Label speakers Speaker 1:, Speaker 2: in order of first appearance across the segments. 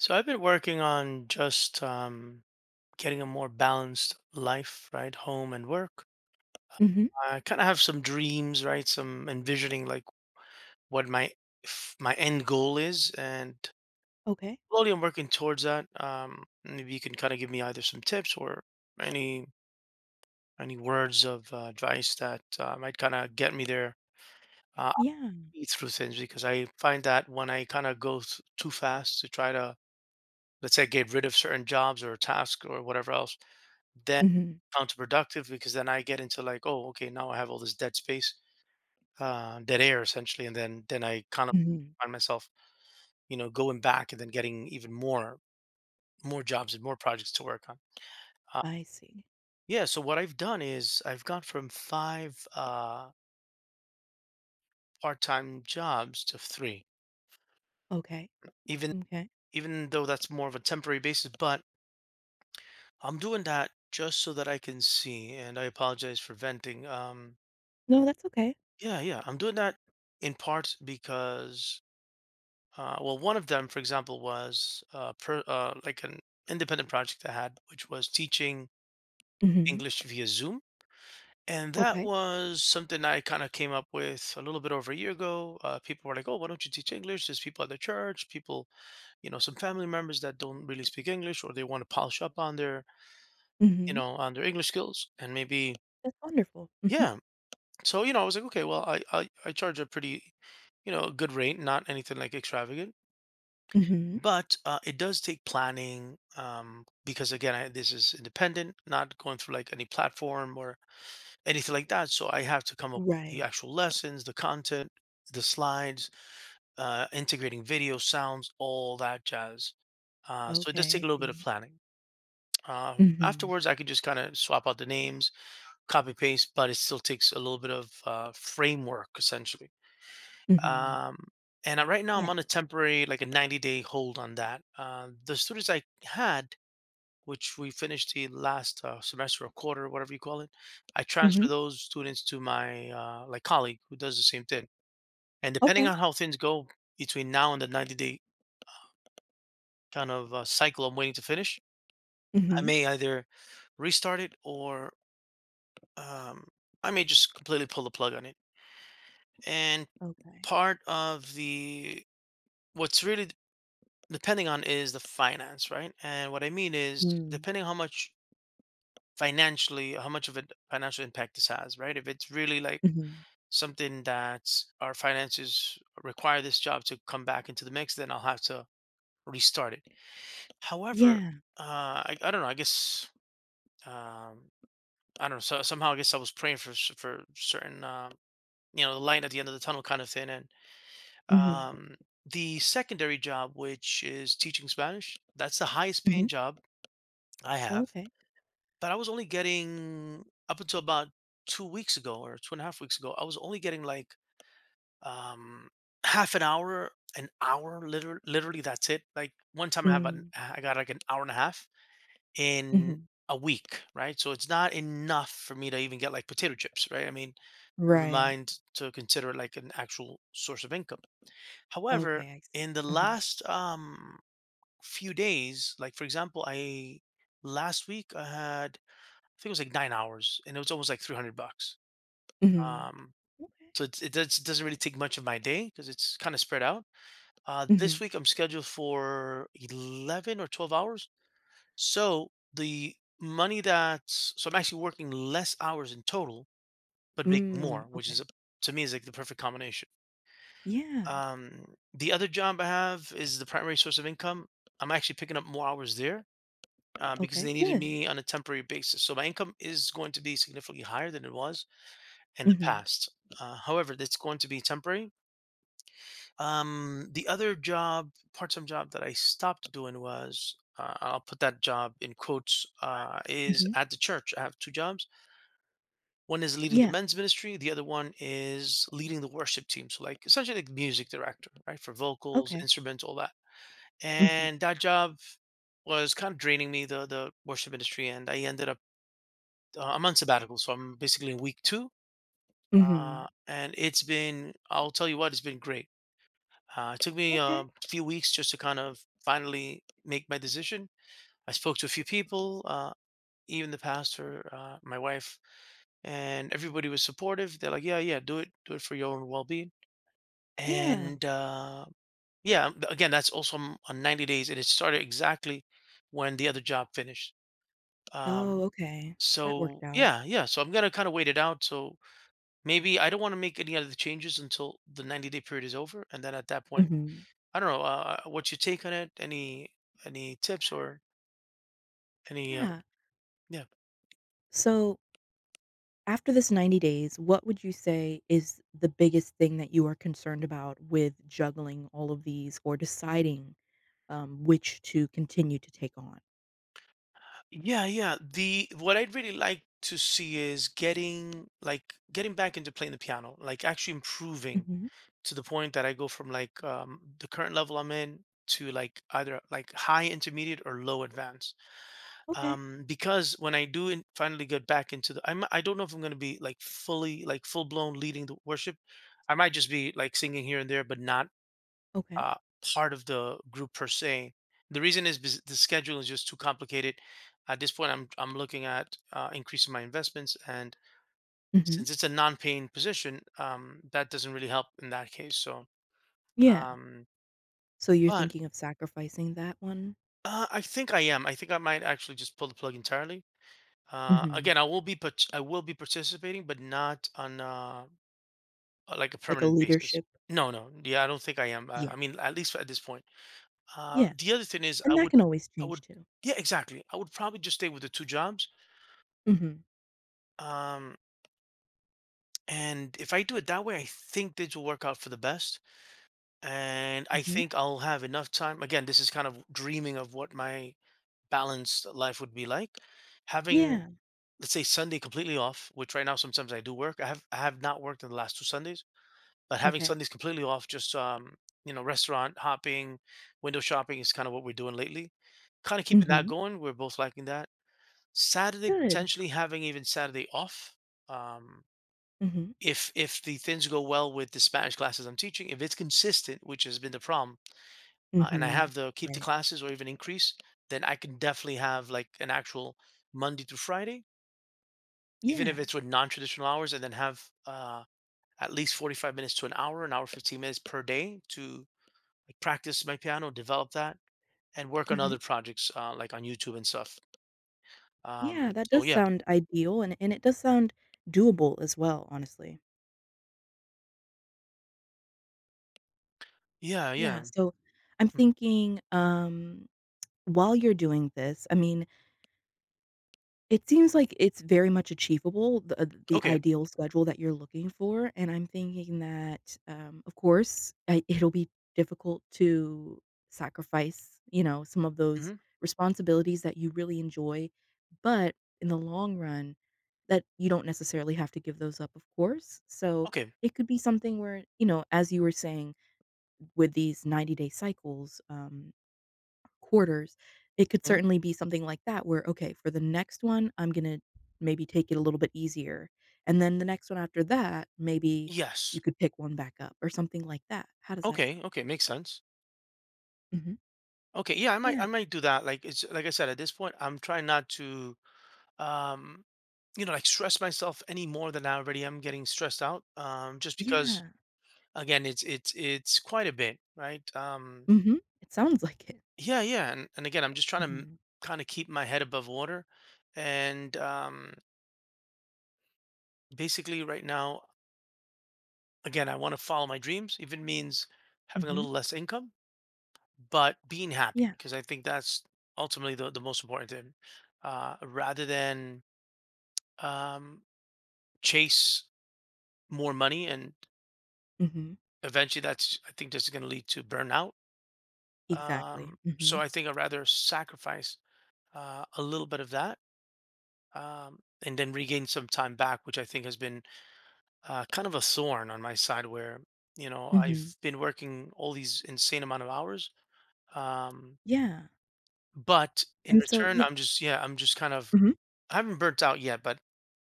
Speaker 1: So I've been working on just getting a more balanced life, right? Home and work.
Speaker 2: Mhm.
Speaker 1: I kind of have some dreams, right? Some envisioning like what my my end goal is, and
Speaker 2: Okay.
Speaker 1: slowly I'm working towards that. Maybe you can kind of give me either some tips or any any words of advice that might kind of get me there uh,
Speaker 2: Yeah.
Speaker 1: through things because I find that when I kind of go too fast to try to, let's say, get rid of certain jobs or tasks or whatever else. Then
Speaker 2: Mhm.
Speaker 1: counterproductive because then I get into like, oh, okay, now I have all this dead space, dead air essentially, and then I kind of
Speaker 2: Mhm.
Speaker 1: find myself, going back and then getting even more jobs and more projects to work on. Uh,
Speaker 2: I see.
Speaker 1: yeah, so what I've done is I've gone from five part-time jobs to three,
Speaker 2: Okay.
Speaker 1: even
Speaker 2: Okay.
Speaker 1: even though that's more of a temporary basis, but I'm doing that just so that I can see. And I apologize for venting. Um,
Speaker 2: No, that's okay.
Speaker 1: yeah, yeah, I'm doing that in part because, well, one of them, for example, was like an independent project I had, which was teaching
Speaker 2: Mhm.
Speaker 1: English via Zoom. And that
Speaker 2: Okay.
Speaker 1: was something I kind of came up with a little bit over a year ago. People were like, "Oh, why don't you teach English?" There's people at the church, people, some family members that don't really speak English, or they want to polish up on their,
Speaker 2: Mhm.
Speaker 1: on their English skills, and maybe,
Speaker 2: That's wonderful. Mhm.
Speaker 1: yeah. So, I was like, okay, well, I charge a pretty, a good rate, not anything like extravagant,
Speaker 2: Mhm.
Speaker 1: but it does take planning because again, this is independent, not going through like any platform or anything like that, so I have to come up with the
Speaker 2: Right.
Speaker 1: actual lessons, the content, the slides, integrating video, sounds, all that jazz. So it does
Speaker 2: Okay,
Speaker 1: take a
Speaker 2: I
Speaker 1: little bit
Speaker 2: see.
Speaker 1: of planning. uh,
Speaker 2: Mhm.
Speaker 1: Afterwards I could just kind of swap out the names, copy paste, but it still takes a little bit of framework essentially.
Speaker 2: Mhm.
Speaker 1: Um, and I, right now I'm
Speaker 2: Yeah.
Speaker 1: on a temporary, like a 90-day hold on that. The students I had, which we finished the last semester or quarter, whatever you call it, I transfer
Speaker 2: Mhm.
Speaker 1: those students to my like colleague who does the same thing. And depending
Speaker 2: Okay.
Speaker 1: on how things go between now and the 90-day kind of cycle I'm waiting to finish, I
Speaker 2: Mhm.
Speaker 1: may either restart it, or um, I may just completely pull the plug on it. And
Speaker 2: Okay.
Speaker 1: part of the, what's really depending on, is the finance, right? And what I mean is
Speaker 2: Mm.
Speaker 1: depending how much financially, how much of a financial impact this has, right? If it's really like
Speaker 2: Mhm.
Speaker 1: something that our finances require this job to come back into the mix, then I'll have to restart it. However,
Speaker 2: Yeah.
Speaker 1: uh, I don't know. I guess, um, I don't know. So somehow I guess I was praying for for certain, you know, the light at the end of the tunnel kind of thing, and
Speaker 2: Mhm.
Speaker 1: um, the secondary job, which is teaching Spanish, that's the highest paying
Speaker 2: Mhm.
Speaker 1: job I have.
Speaker 2: Okay.
Speaker 1: But I was only getting up until about 2 weeks ago or 2 and a half weeks ago. I was only getting, like, um, one an hour, literally, that's it. Like, one time I have an
Speaker 2: Mm.
Speaker 1: I got, like, an hour and a half in
Speaker 2: Mhm.
Speaker 1: a week, right? So it's not enough for me to even get, like, potato chips, right? I mean, never
Speaker 2: Right.
Speaker 1: mind to consider it, like, an actual source of income. However,
Speaker 2: Okay, I see.
Speaker 1: in the
Speaker 2: Uh-huh.
Speaker 1: last, few days, like, for example, I last week I had, I think it was like 9 hours, and it was almost like $300.
Speaker 2: Mhm.
Speaker 1: Um,
Speaker 2: Okay.
Speaker 1: so it does doesn't really take much of my day because it's kinda spread out. This
Speaker 2: Mhm.
Speaker 1: week, I'm scheduled for 11 or 12 hours. So the money that's, so I'm actually working less hours in total, but making
Speaker 2: Mm.
Speaker 1: more, which is,
Speaker 2: Okay.
Speaker 1: a to me, is like the perfect combination.
Speaker 2: Yeah.
Speaker 1: The other job I have is the primary source of income. I'm actually picking up more hours there, because
Speaker 2: Okay,
Speaker 1: they needed
Speaker 2: good.
Speaker 1: me on a temporary basis. So my income is going to be significantly higher than it was in the
Speaker 2: Mhm.
Speaker 1: past. However, that's going to be temporary. The other job, part-time job that I stopped doing was, I'll put that job in quotes, is
Speaker 2: Mhm.
Speaker 1: at the church. I have two jobs. One is leading the
Speaker 2: Yeah,
Speaker 1: men's ministry. The other one is leading the worship team. So, like, essentially, like music director, right, for vocals,
Speaker 2: okay.
Speaker 1: instruments, all that.
Speaker 2: Mhm,
Speaker 1: And that job was kind of draining me, the worship ministry, and I ended up. I'm on sabbatical, so I'm basically in week two,
Speaker 2: mhm.
Speaker 1: and it's been, I'll tell you what, it's been great. It took me
Speaker 2: Okay,
Speaker 1: a few weeks just to kind of finally make my decision. I spoke to a few people, even the pastor, my wife, and everybody was supportive. They're like, "Yeah, yeah, do it for your own well-being."
Speaker 2: yeah.
Speaker 1: And again, that's also on 90 days, and it started exactly when the other job finished.
Speaker 2: Oh,
Speaker 1: Um,
Speaker 2: okay, so that worked
Speaker 1: so
Speaker 2: out.
Speaker 1: yeah, yeah. So I'm gonna kind of wait it out. So maybe I don't want to make any other changes until the 90-day period is over, and then at that point.
Speaker 2: Mhm.
Speaker 1: I don't know, what's your take on it? Any tips or any
Speaker 2: Yeah.
Speaker 1: yeah.
Speaker 2: So, after this 90 days, what would you say is the biggest thing that you are concerned about with juggling all of these or deciding, which to continue to take on?
Speaker 1: Yeah, yeah. The what I'd really like to see is getting like getting back into playing the piano, like actually improving
Speaker 2: Mhm.
Speaker 1: to the point that I go from like the current level I'm in to like either like high intermediate or low advanced.
Speaker 2: Okay,
Speaker 1: Um, because when I do finally get back into the I'm I don't know if I'm going to be like fully like full blown leading the worship. I might just be like singing here and there but not
Speaker 2: okay.
Speaker 1: uh, part of the group per se. The reason is because the schedule is just too complicated. At this point, I'm looking at increasing my investments, and
Speaker 2: Mhm.
Speaker 1: since it's a non-paying position, that doesn't really help in that case. So,
Speaker 2: Yeah.
Speaker 1: um,
Speaker 2: So you're
Speaker 1: but
Speaker 2: thinking of sacrificing that one?
Speaker 1: I think I am. I think I might actually just pull the plug entirely.
Speaker 2: Mhm.
Speaker 1: Again, I will be I will be participating, but not on like a
Speaker 2: Like a
Speaker 1: permanent basis.
Speaker 2: leadership?
Speaker 1: No, no, yeah, I don't think I am.
Speaker 2: Yeah,
Speaker 1: I mean, at least at this point. Uh,
Speaker 2: yeah,
Speaker 1: the other thing is
Speaker 2: and that can always
Speaker 1: I
Speaker 2: change
Speaker 1: would
Speaker 2: too.
Speaker 1: yeah, exactly. I would probably just stay with the two jobs.
Speaker 2: Mhm.
Speaker 1: Um, and if I do it that way, I think this will work out for the best. And I
Speaker 2: Mhm,
Speaker 1: think I'll have enough time. Again, this is kind of dreaming of what my balanced life would be like. Having,
Speaker 2: yeah.
Speaker 1: let's say, Sunday completely off, which right now sometimes I do work. I have not worked in the last two Sundays, but having
Speaker 2: Okay.
Speaker 1: Sundays completely off, just restaurant hopping, window shopping is kind of what we're doing lately. Kind of keeping that
Speaker 2: Mhm.
Speaker 1: going. We're both liking that. Saturday,
Speaker 2: Good.
Speaker 1: potentially having even Saturday off. Um,
Speaker 2: Mhm.
Speaker 1: if the things go well with the Spanish classes I'm teaching, if it's consistent, which has been the problem, and I
Speaker 2: Mhm.
Speaker 1: have the keep the
Speaker 2: Right.
Speaker 1: classes or even increase, then I can definitely have like an actual Monday through Friday, even
Speaker 2: Yeah.
Speaker 1: if it's with non-traditional hours, and then have at least 45 minutes to an hour 15 minutes per day to, like, practice my piano, develop that, and work on
Speaker 2: Mhm.
Speaker 1: other projects like on YouTube and stuff. Um,
Speaker 2: Yeah, that
Speaker 1: so
Speaker 2: does
Speaker 1: yeah,
Speaker 2: sound ideal, and it does sound doable as well, honestly.
Speaker 1: yeah,
Speaker 2: Yeah,
Speaker 1: yeah.
Speaker 2: so I'm
Speaker 1: Mhm.
Speaker 2: thinking, while you're doing this, I mean, it seems like it's very much achievable, the
Speaker 1: Okay.
Speaker 2: ideal schedule that you're looking for, and I'm thinking that, of course, I it'll be difficult to sacrifice, you know, some of those
Speaker 1: Hmm.
Speaker 2: responsibilities that you really enjoy, but in the long run, that you don't necessarily have to give those up, of course, so
Speaker 1: Okay.
Speaker 2: it could be something where, you know, as you were saying, with these 90-day cycles, quarters, it could
Speaker 1: Mhm.
Speaker 2: certainly be something like that where, "Okay, for the next one, I'm gonna maybe take it a little bit easier, and then the next one after that, maybe you
Speaker 1: Yes.
Speaker 2: could pick one back up," or something like that. How does that sound?
Speaker 1: Okay. Okay. Makes sense.
Speaker 2: Mhm.
Speaker 1: Okay. Yeah. I might.
Speaker 2: Yeah,
Speaker 1: I might do that. Like it's like I said. At this point, I'm trying not to, um, you know, like stress myself any more than I already am getting stressed out. Just because
Speaker 2: yeah.
Speaker 1: again, it's quite a bit, right?
Speaker 2: Mhm. It sounds like it.
Speaker 1: Yeah. Yeah. And again, I'm just trying to
Speaker 2: Mhm.
Speaker 1: kind of keep my head above water, and basically right now, again, I want to follow my dreams. Even means having a
Speaker 2: Mhm.
Speaker 1: little less income, but being happy
Speaker 2: Yeah.
Speaker 1: because I think that's ultimately the most important thing. Rather than um, chase more money, and
Speaker 2: Mhm.
Speaker 1: eventually that's I think that's going to lead to burnout.
Speaker 2: Exactly.
Speaker 1: So
Speaker 2: Mhm.
Speaker 1: I think I'd rather sacrifice a little bit of that, and then regain some time back, which I think has been kind of a thorn on my side where,
Speaker 2: Mhm.
Speaker 1: I've been working all these insane amount of hours. Um,
Speaker 2: Yeah.
Speaker 1: but in
Speaker 2: And so
Speaker 1: return,
Speaker 2: yeah.
Speaker 1: I'm just, yeah, I'm just kind of,
Speaker 2: Mhm.
Speaker 1: I haven't burnt out yet, but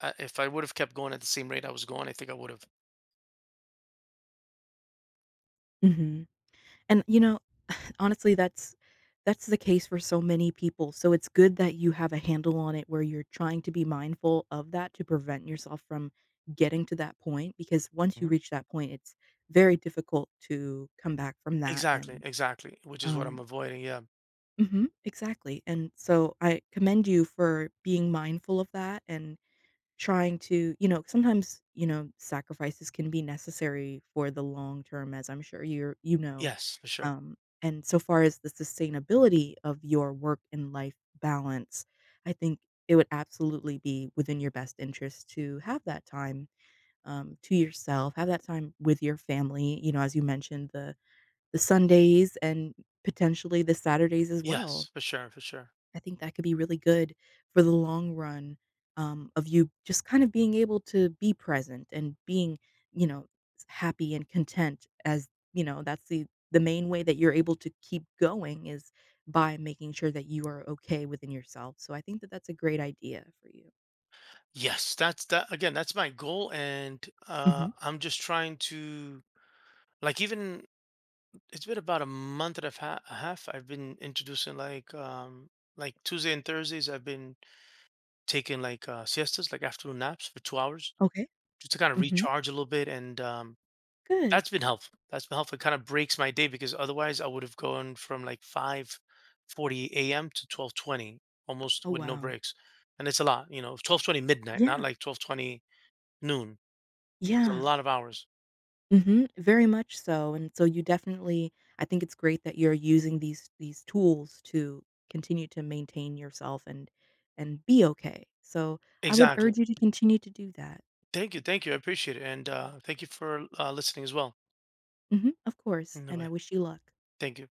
Speaker 1: if I would have kept going at the same rate I was going, I think I would have.
Speaker 2: Mhm. And, honestly, that's the case for so many people, so it's good that you have a handle on it where you're trying to be mindful of that to prevent yourself from getting to that point, because once you
Speaker 1: Hmm.
Speaker 2: reach that point, it's very difficult to come back from that
Speaker 1: Exactly,
Speaker 2: and,
Speaker 1: exactly, which is what I'm
Speaker 2: um.
Speaker 1: avoiding. Yeah.
Speaker 2: Mhm, exactly, and so I commend you for being mindful of that and trying to, you know, sometimes, you know, sacrifices can be necessary for the long term, as I'm sure you're,
Speaker 1: Yes, for sure.
Speaker 2: um, and so far as the sustainability of your work and life balance, I think it would absolutely be within your best interest to have that time, to yourself, have that time with your family, you know, as you mentioned, the Sundays and potentially the Saturdays as well.
Speaker 1: Yes, for sure, for sure.
Speaker 2: I think that could be really good for the long run, of you just kind of being able to be present and being, you know, happy and content as, you know, that's the main way that you're able to keep going is by making sure that you are okay within yourself. So I think that that's a great idea for you.
Speaker 1: Yes, that's, that again, that's my goal, and
Speaker 2: Mhm.
Speaker 1: I'm just trying to like even, it's been about a month and a a half I've been introducing like Tuesday and Thursdays I've been taking like siestas, like afternoon naps for 2 hours
Speaker 2: Okay.
Speaker 1: just to kind of
Speaker 2: Mhm.
Speaker 1: recharge a little bit and
Speaker 2: Good.
Speaker 1: that's been helpful. That's been helpful. It kind of breaks my day because otherwise I would have gone from like 5:40 a.m. to 12:20 almost
Speaker 2: Oh
Speaker 1: with no
Speaker 2: wow.
Speaker 1: breaks. And it's a lot, you know, 12:20 midnight, not
Speaker 2: Yeah.
Speaker 1: like 12:20 noon. It's a
Speaker 2: Yeah.
Speaker 1: lot of hours.
Speaker 2: Mhm, very much so, and so you definitely, I think it's great that you're using these tools to continue to maintain yourself and be okay. So, I would
Speaker 1: Exactly.
Speaker 2: urge you to continue to do that.
Speaker 1: Thank you. Thank you. I appreciate it. And thank you for listening as well.
Speaker 2: Mhm, of course, and I
Speaker 1: Bye.
Speaker 2: wish you luck.
Speaker 1: Thank you.